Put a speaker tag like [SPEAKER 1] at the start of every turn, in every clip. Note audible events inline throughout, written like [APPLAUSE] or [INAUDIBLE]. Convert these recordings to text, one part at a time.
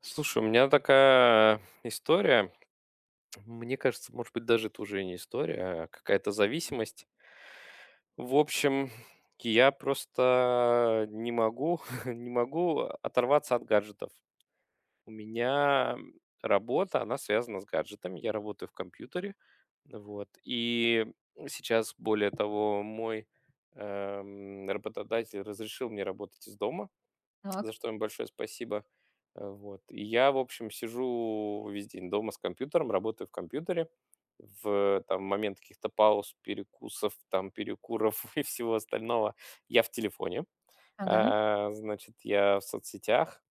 [SPEAKER 1] Слушай, у меня такая история. Мне кажется, может быть, даже это уже не история, а какая-то зависимость. В общем, я просто не могу, [LAUGHS] не могу оторваться от гаджетов. У меня работа, она связана с гаджетами. Я работаю в компьютере, вот. И сейчас, более того, мой работодатель разрешил мне работать из дома, за
[SPEAKER 2] Так,
[SPEAKER 1] что им большое спасибо. Вот. И я, в общем, сижу весь день дома с компьютером, работаю в компьютере. В там, момент каких-то пауз, перекусов, там, перекуров [LAUGHS] и всего остального я в телефоне.
[SPEAKER 2] ага.
[SPEAKER 1] А, значит, я в соцсетях.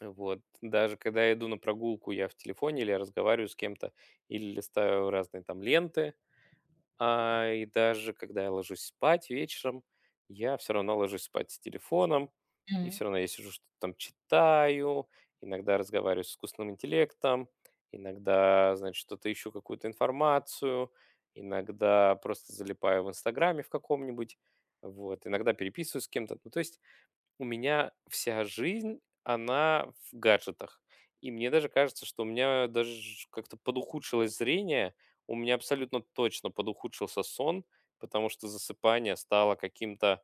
[SPEAKER 1] Вот. Даже когда я иду на прогулку, я в телефоне, или я разговариваю с кем-то, или листаю разные там ленты, и даже когда я ложусь спать вечером, я все равно ложусь спать с телефоном, и
[SPEAKER 2] М,
[SPEAKER 1] все равно я сижу, что-то там читаю, иногда разговариваю с искусственным интеллектом, иногда, значит, что-то ищу, какую-то информацию, иногда просто залипаю в «Инстаграме» в каком-нибудь, вот, иногда переписываюсь с кем-то. Ну, то есть у меня вся жизнь, она в гаджетах. И мне даже кажется, что у меня даже как-то подухудшилось зрение, у меня абсолютно точно подухудшился сон, потому что засыпание стало каким-то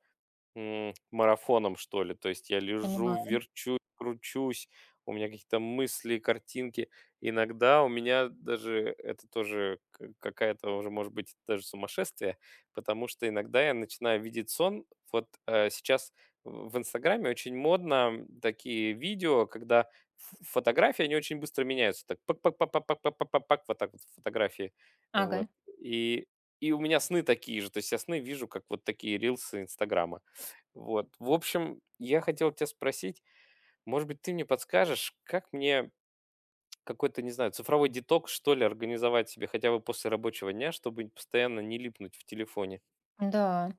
[SPEAKER 1] Марафоном, что ли. То есть я лежу,
[SPEAKER 2] Понимаю.
[SPEAKER 1] верчу, кручусь, у меня какие-то мысли, картинки. Иногда у меня даже это тоже какая-то уже, может быть, даже сумасшествие, потому что иногда я начинаю видеть сон. Вот сейчас в Инстаграме очень модно такие видео, когда фотографии, они очень быстро меняются. Так, пак пак пак пак пак пак пак пак пак, вот так вот фотографии. Вот.
[SPEAKER 2] Ага.
[SPEAKER 1] И, и у меня сны такие же. То есть я сны вижу, как вот такие рилсы Инстаграма. Вот. В общем, я хотел тебя спросить, может быть, ты мне подскажешь, как мне какой-то, не знаю, цифровой детокс, что ли, организовать себе хотя бы после рабочего дня, чтобы постоянно не липнуть в телефоне?
[SPEAKER 2] Да.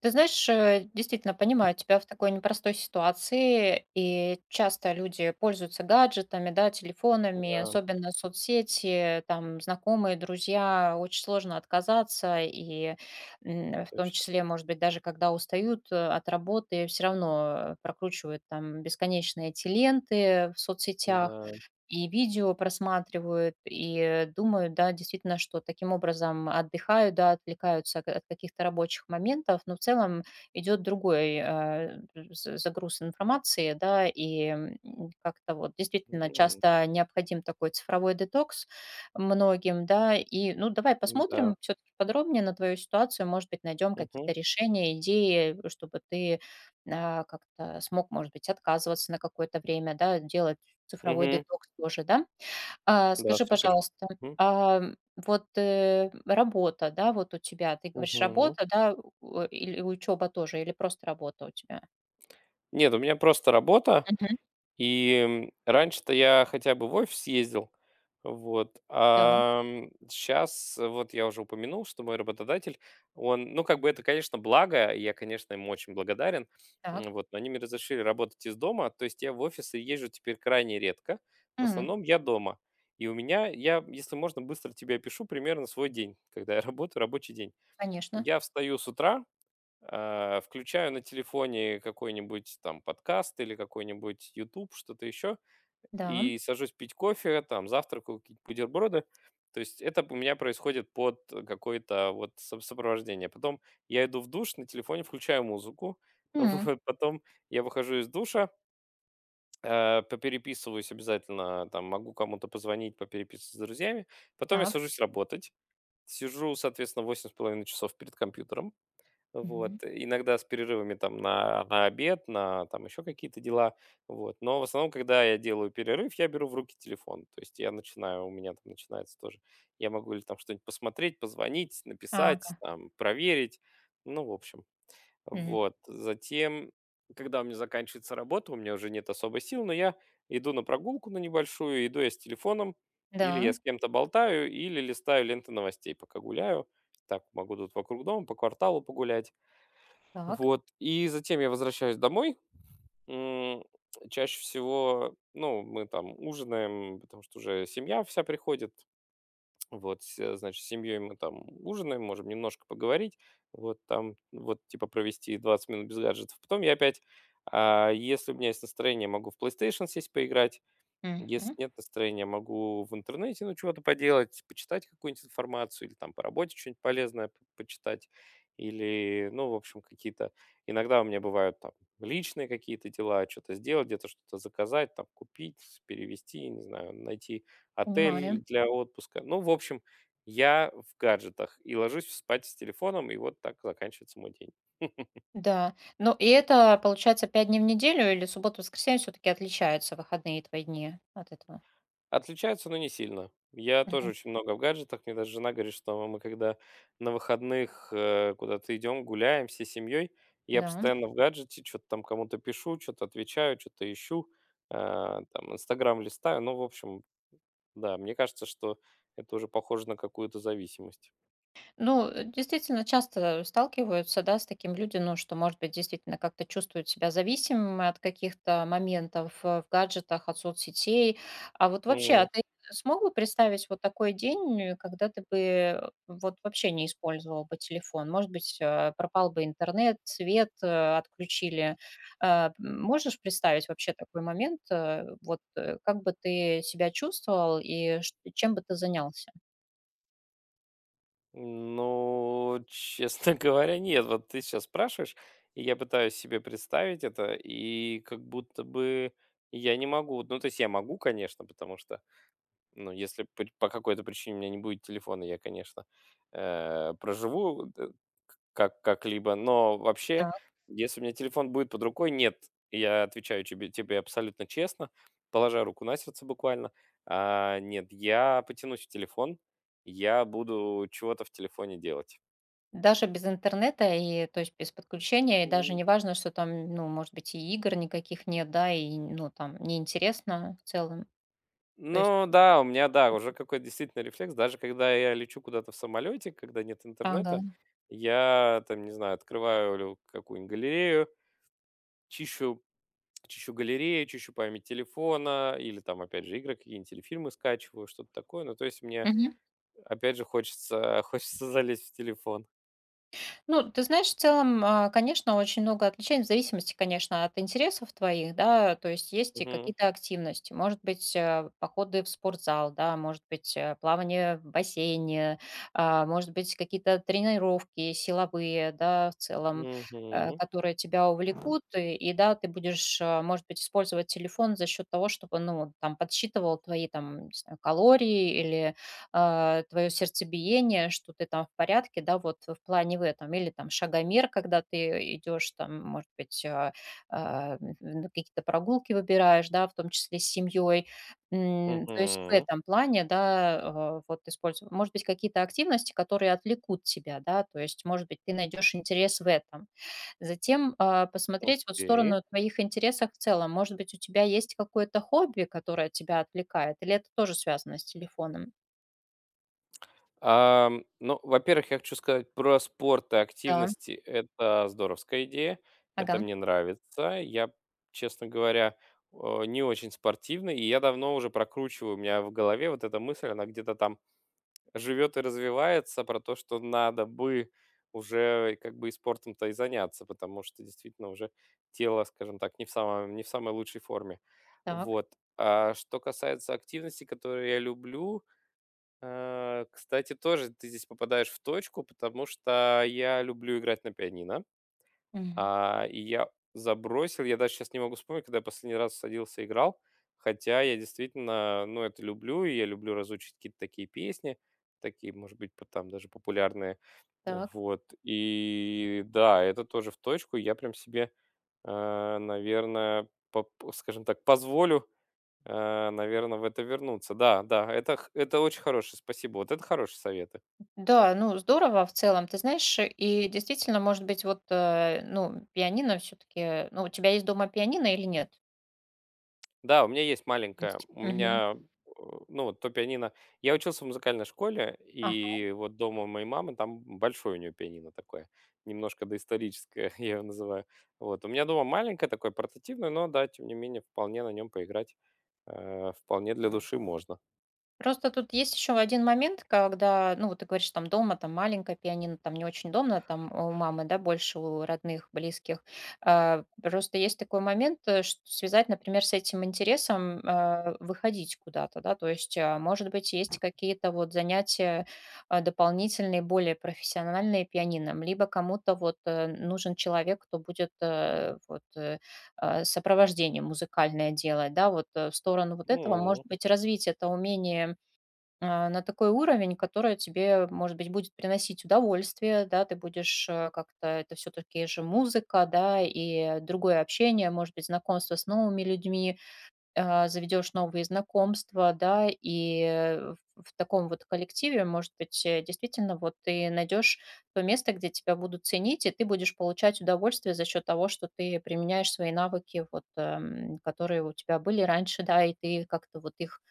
[SPEAKER 2] Ты знаешь, действительно понимаю тебя в такой непростой ситуации, и часто люди пользуются гаджетами, да, телефонами,
[SPEAKER 1] Да,
[SPEAKER 2] особенно соцсети, там знакомые, друзья, очень сложно отказаться, и в том
[SPEAKER 1] точно.
[SPEAKER 2] числе, может быть, даже когда устают от работы, все равно прокручивают там бесконечные эти ленты в соцсетях.
[SPEAKER 1] Да.
[SPEAKER 2] И видео просматривают, и думают, да, действительно, что таким образом отдыхают, да, отвлекаются к от каких-то рабочих моментов, но в целом идет другой, з загруз информации, да, и, как-то вот действительно
[SPEAKER 1] М,
[SPEAKER 2] часто необходим такой цифровой детокс многим, да. И, ну, давай
[SPEAKER 1] да.
[SPEAKER 2] посмотрим все таки подробнее на твою ситуацию, может быть, найдем
[SPEAKER 1] Мгм.
[SPEAKER 2] какие-то решения, идеи, чтобы ты, как-то смог, может быть, отказываться на какое-то время, да, делать цифровой
[SPEAKER 1] Мгм.
[SPEAKER 2] детокс тоже, да? А,
[SPEAKER 1] Да,
[SPEAKER 2] скажи,
[SPEAKER 1] супер.
[SPEAKER 2] пожалуйста,
[SPEAKER 1] Мгм.
[SPEAKER 2] вот, работа, да, вот у тебя, ты говоришь,
[SPEAKER 1] Мгм.
[SPEAKER 2] работа, да, у или учеба тоже, или просто работа у тебя?
[SPEAKER 1] Нет, у меня просто работа.
[SPEAKER 2] Мгм.
[SPEAKER 1] И раньше-то я хотя бы в офис ездил, вот,
[SPEAKER 2] Да,
[SPEAKER 1] сейчас вот я уже упомянул, что мой работодатель, он, ну, как бы это, конечно, благо, я, конечно, ему очень благодарен, м,
[SPEAKER 2] так.
[SPEAKER 1] вот, но они мне разрешили работать из дома, то есть я в офисы езжу теперь крайне редко, в
[SPEAKER 2] М,
[SPEAKER 1] основном я дома. И у меня, я, если можно, быстро тебе опишу примерно свой день, когда я работаю, рабочий день.
[SPEAKER 2] конечно,
[SPEAKER 1] Я встаю с утра. Включаю на телефоне какой-нибудь там подкаст или какой-нибудь YouTube, что-то еще,
[SPEAKER 2] да.
[SPEAKER 1] и сажусь пить кофе, там завтракаю, какие-то бутерброды. То есть это у меня происходит под какое-то вот со сопровождение. Потом я иду в душ, на телефоне включаю музыку. [LAUGHS]
[SPEAKER 2] М,
[SPEAKER 1] Вот, потом я выхожу из душа, попереписываюсь обязательно, там могу кому-то позвонить, попереписываться с друзьями. Потом я
[SPEAKER 2] так.
[SPEAKER 1] сажусь работать. Сижу, соответственно, 8,5 часов перед компьютером.
[SPEAKER 2] Мгм.
[SPEAKER 1] Вот, иногда с перерывами там на обед, на там еще какие-то дела, вот. Но в основном, когда я делаю перерыв, я беру в руки телефон, то есть я начинаю, у меня там начинается тоже, я могу или там что-нибудь посмотреть, позвонить, написать,
[SPEAKER 2] Ага.
[SPEAKER 1] там, проверить, ну, в общем.
[SPEAKER 2] М,
[SPEAKER 1] Вот, затем, когда у меня заканчивается работа, у меня уже нет особо сил, но я иду на прогулку на небольшую, иду я с телефоном, или я
[SPEAKER 2] да,
[SPEAKER 1] с кем-то болтаю, или листаю ленты новостей, пока гуляю, так могу тут вокруг дома по кварталу погулять.
[SPEAKER 2] так.
[SPEAKER 1] Вот, и затем я возвращаюсь домой. М, чаще всего, ну, мы там ужинаем, потому что уже семья вся приходит. Вот, значит, с семьей мы там ужинаем, можем немножко поговорить, вот там, вот, типа, провести 20 минут без гаджетов. Потом я опять, если у меня есть настроение, могу в PlayStation сесть поиграть, если
[SPEAKER 2] Мгм.
[SPEAKER 1] нет настроения, могу в интернете, ну, чего-то поделать, почитать какую-нибудь информацию или там по работе что-нибудь полезное почитать. Или, ну, в общем, какие-то… Иногда у меня бывают там личные какие-то дела, что-то сделать, где-то что-то заказать, там купить, перевести, не знаю, найти отель
[SPEAKER 2] Понимаю.
[SPEAKER 1] для отпуска. Ну, в общем, я в гаджетах и ложусь спать с телефоном, и вот так заканчивается мой день.
[SPEAKER 2] Да. Ну, и это, получается, 5 дней в неделю или суббота, воскресенье все-таки отличаются, выходные твои дни от этого?
[SPEAKER 1] Отличаются, но не сильно. Я тоже
[SPEAKER 2] Мгм.
[SPEAKER 1] очень много в гаджетах. Мне даже жена говорит, что мы, когда на выходных куда-то идем, гуляем всей семьей, я
[SPEAKER 2] Да.
[SPEAKER 1] постоянно в гаджете, что-то там кому-то пишу, что-то отвечаю, что-то ищу, там, Инстаграм листаю. Ну, в общем, да, мне кажется, что это уже похоже на какую-то зависимость.
[SPEAKER 2] Ну, действительно, часто сталкиваются, да, с таким люди, ну, что, может быть, действительно как-то чувствуют себя зависимыми от каких-то моментов в гаджетах, от соцсетей. А вот вообще, а ты смог бы представить вот такой день, когда ты бы вот вообще не использовал бы телефон? Может быть, пропал бы интернет, свет отключили. Можешь представить вообще такой момент? Вот как бы ты себя чувствовал и чем бы ты занялся?
[SPEAKER 1] Ну, честно [LAUGHS] говоря, нет. Вот ты сейчас спрашиваешь, и я пытаюсь себе представить это, и как будто бы я не могу. Ну, то есть я могу, конечно, потому что, ну, если по какой-то причине у меня не будет телефона, я, конечно, проживу как-либо. Но вообще, если у меня телефон будет под рукой, нет, я отвечаю тебе, тебе абсолютно честно, положа руку на сердце буквально. Нет, я потянусь в телефон, я буду чего-то в телефоне делать.
[SPEAKER 2] Даже без интернета и, то есть, без подключения, и даже
[SPEAKER 1] М,
[SPEAKER 2] не важно, что там, ну, может быть, и игр никаких нет, да, и, ну, там неинтересно в целом. То есть
[SPEAKER 1] ну да, у меня, да, уже какой-то действительно рефлекс. Даже когда я лечу куда-то в самолете, когда нет интернета,
[SPEAKER 2] ага.
[SPEAKER 1] я там, не знаю, открываю какую-нибудь галерею, чищу чищу галерею, чищу память телефона или там, опять же, игры какие-нибудь или фильмы скачиваю, что-то такое. Ну, то есть мне, опять же, хочется [LAUGHS] хочется залезть в телефон.
[SPEAKER 2] Ну, ты знаешь, в целом, конечно, очень много отличий, в зависимости, конечно, от интересов твоих, да, то есть есть и
[SPEAKER 1] Мгм.
[SPEAKER 2] какие-то активности, может быть, походы в спортзал, да, может быть, плавание в бассейне, может быть, какие-то тренировки силовые, да, в целом,
[SPEAKER 1] Мгм.
[SPEAKER 2] которые тебя увлекут, и да, ты будешь, может быть, использовать телефон за счет того, чтобы, ну, там, подсчитывал твои, там, не знаю, калории или твое сердцебиение, что ты там в порядке, да, вот в плане в этом, или там шагомер, когда ты идешь, там, может быть, на какие-то прогулки выбираешь, да, в том числе с семьей. То есть в
[SPEAKER 1] Мгм.
[SPEAKER 2] этом плане, да, вот использовать, может быть, какие-то активности, которые отвлекут тебя, да, то есть, может быть, ты найдешь интерес в этом. Затем посмотреть вот в
[SPEAKER 1] Окей.
[SPEAKER 2] сторону твоих интересов в целом. Может быть, у тебя есть какое-то хобби, которое тебя отвлекает, или это тоже связано с телефоном?
[SPEAKER 1] Ам, ну, во-первых, я хочу сказать про спорт и
[SPEAKER 2] Да.
[SPEAKER 1] активности. Это здоровская идея, это
[SPEAKER 2] Ага,
[SPEAKER 1] мне нравится. Я, честно говоря, не очень спортивный, и я давно уже прокручиваю, у меня в голове вот эта мысль, она где-то там живет и развивается, про то, что надо бы уже как бы и спортом-то и заняться, потому что действительно уже тело, скажем так, не в самой лучшей форме.
[SPEAKER 2] так.
[SPEAKER 1] Вот. А что касается активности, которую я люблю, кстати, тоже ты здесь попадаешь в точку, потому что я люблю играть на пианино.
[SPEAKER 2] Мгм.
[SPEAKER 1] И я забросил, я даже сейчас не могу вспомнить, когда я последний раз садился и играл, хотя я действительно, ну, это люблю, и я люблю разучить какие-то такие песни, такие, может быть, там даже популярные,
[SPEAKER 2] Так.
[SPEAKER 1] вот, и да, это тоже в точку, я прям себе, наверное, скажем так, позволю, наверное, в это вернуться, да, да, это, это очень хороший, спасибо, вот это хорошие советы.
[SPEAKER 2] Да, ну, здорово в целом. Ты знаешь, и действительно, может быть, вот, ну, пианино все таки. Ну, у тебя есть дома пианино или нет?
[SPEAKER 1] Да, у меня есть маленькая.
[SPEAKER 2] Есть.
[SPEAKER 1] У
[SPEAKER 2] Мгм.
[SPEAKER 1] меня, э, ну, вот то пианино. Я учился в музыкальной школе, и вот дома у моей мамы там большое у нее пианино такое, немножко доисторическое, [LAUGHS] я его называю. Вот. У меня дома маленькое такое, портативное, но да, тем не менее, вполне на нем поиграть. Вполне для души можно.
[SPEAKER 2] Просто тут есть еще один момент, когда, ну, вот ты говоришь, там дома, там маленькое пианино, там не очень дома, там у мамы, да, больше у родных, близких. А, просто есть такой момент, связать, например, с этим интересом выходить куда-то, да, то есть, может быть, есть какие-то вот занятия дополнительные, более профессиональные пианином, либо кому-то вот нужен человек, кто будет вот сопровождение музыкальное делать, да, вот в сторону вот этого,
[SPEAKER 1] М,
[SPEAKER 2] может быть, развить это умение на такой уровень, который тебе, может быть, будет приносить удовольствие, да, ты будешь как-то, это все-таки же музыка, да, и другое общение, может быть, знакомство с новыми людьми, заведешь новые знакомства, да, и в таком вот коллективе, может быть, действительно, вот ты найдешь то место, где тебя будут ценить, и ты будешь получать удовольствие за счет того, что ты применяешь свои навыки, вот, которые у тебя были раньше, да, и ты как-то вот их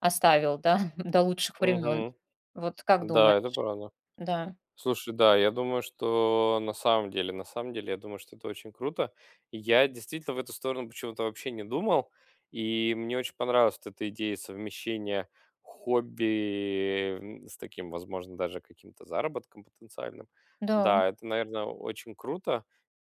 [SPEAKER 2] оставил, да, [LAUGHS] до лучших времен.
[SPEAKER 1] мгм.
[SPEAKER 2] Вот как думаешь?
[SPEAKER 1] Да, это правда.
[SPEAKER 2] Да,
[SPEAKER 1] Слушай, да, я думаю, что на самом деле, я думаю, что это очень круто. И я действительно в эту сторону почему-то вообще не думал, и мне очень понравилась вот эта идея совмещения хобби м, с таким, возможно, даже каким-то заработком потенциальным.
[SPEAKER 2] да,
[SPEAKER 1] Да, это, наверное, очень круто.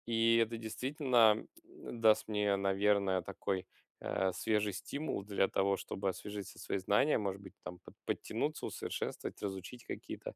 [SPEAKER 1] И это действительно даст мне, наверное, такой, свежий стимул для того, чтобы освежить все свои знания, может быть, там подтянуться, усовершенствовать, разучить какие-то,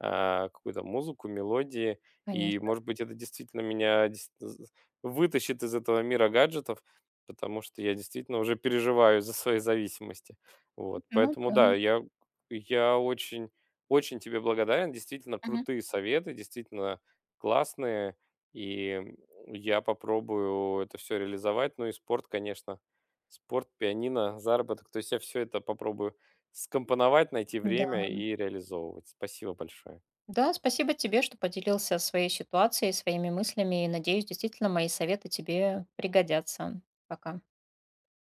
[SPEAKER 1] какую-то музыку, мелодии. И,
[SPEAKER 2] конечно.
[SPEAKER 1] может быть, это действительно меня дес з вытащит из этого мира гаджетов, потому что я действительно уже переживаю за свои зависимости. Вот,
[SPEAKER 2] Ну
[SPEAKER 1] поэтому
[SPEAKER 2] да.
[SPEAKER 1] да, я очень очень тебе благодарен. Действительно
[SPEAKER 2] Мгм.
[SPEAKER 1] крутые советы, действительно классные. И я попробую это все реализовать. Ну и спорт, конечно. Спорт, пианино, заработок. То есть я все это попробую скомпоновать, найти
[SPEAKER 2] Да.
[SPEAKER 1] время и реализовывать. Спасибо большое.
[SPEAKER 2] Да, спасибо тебе, что поделился своей ситуацией, своими мыслями. И надеюсь, действительно, мои советы тебе пригодятся. Пока.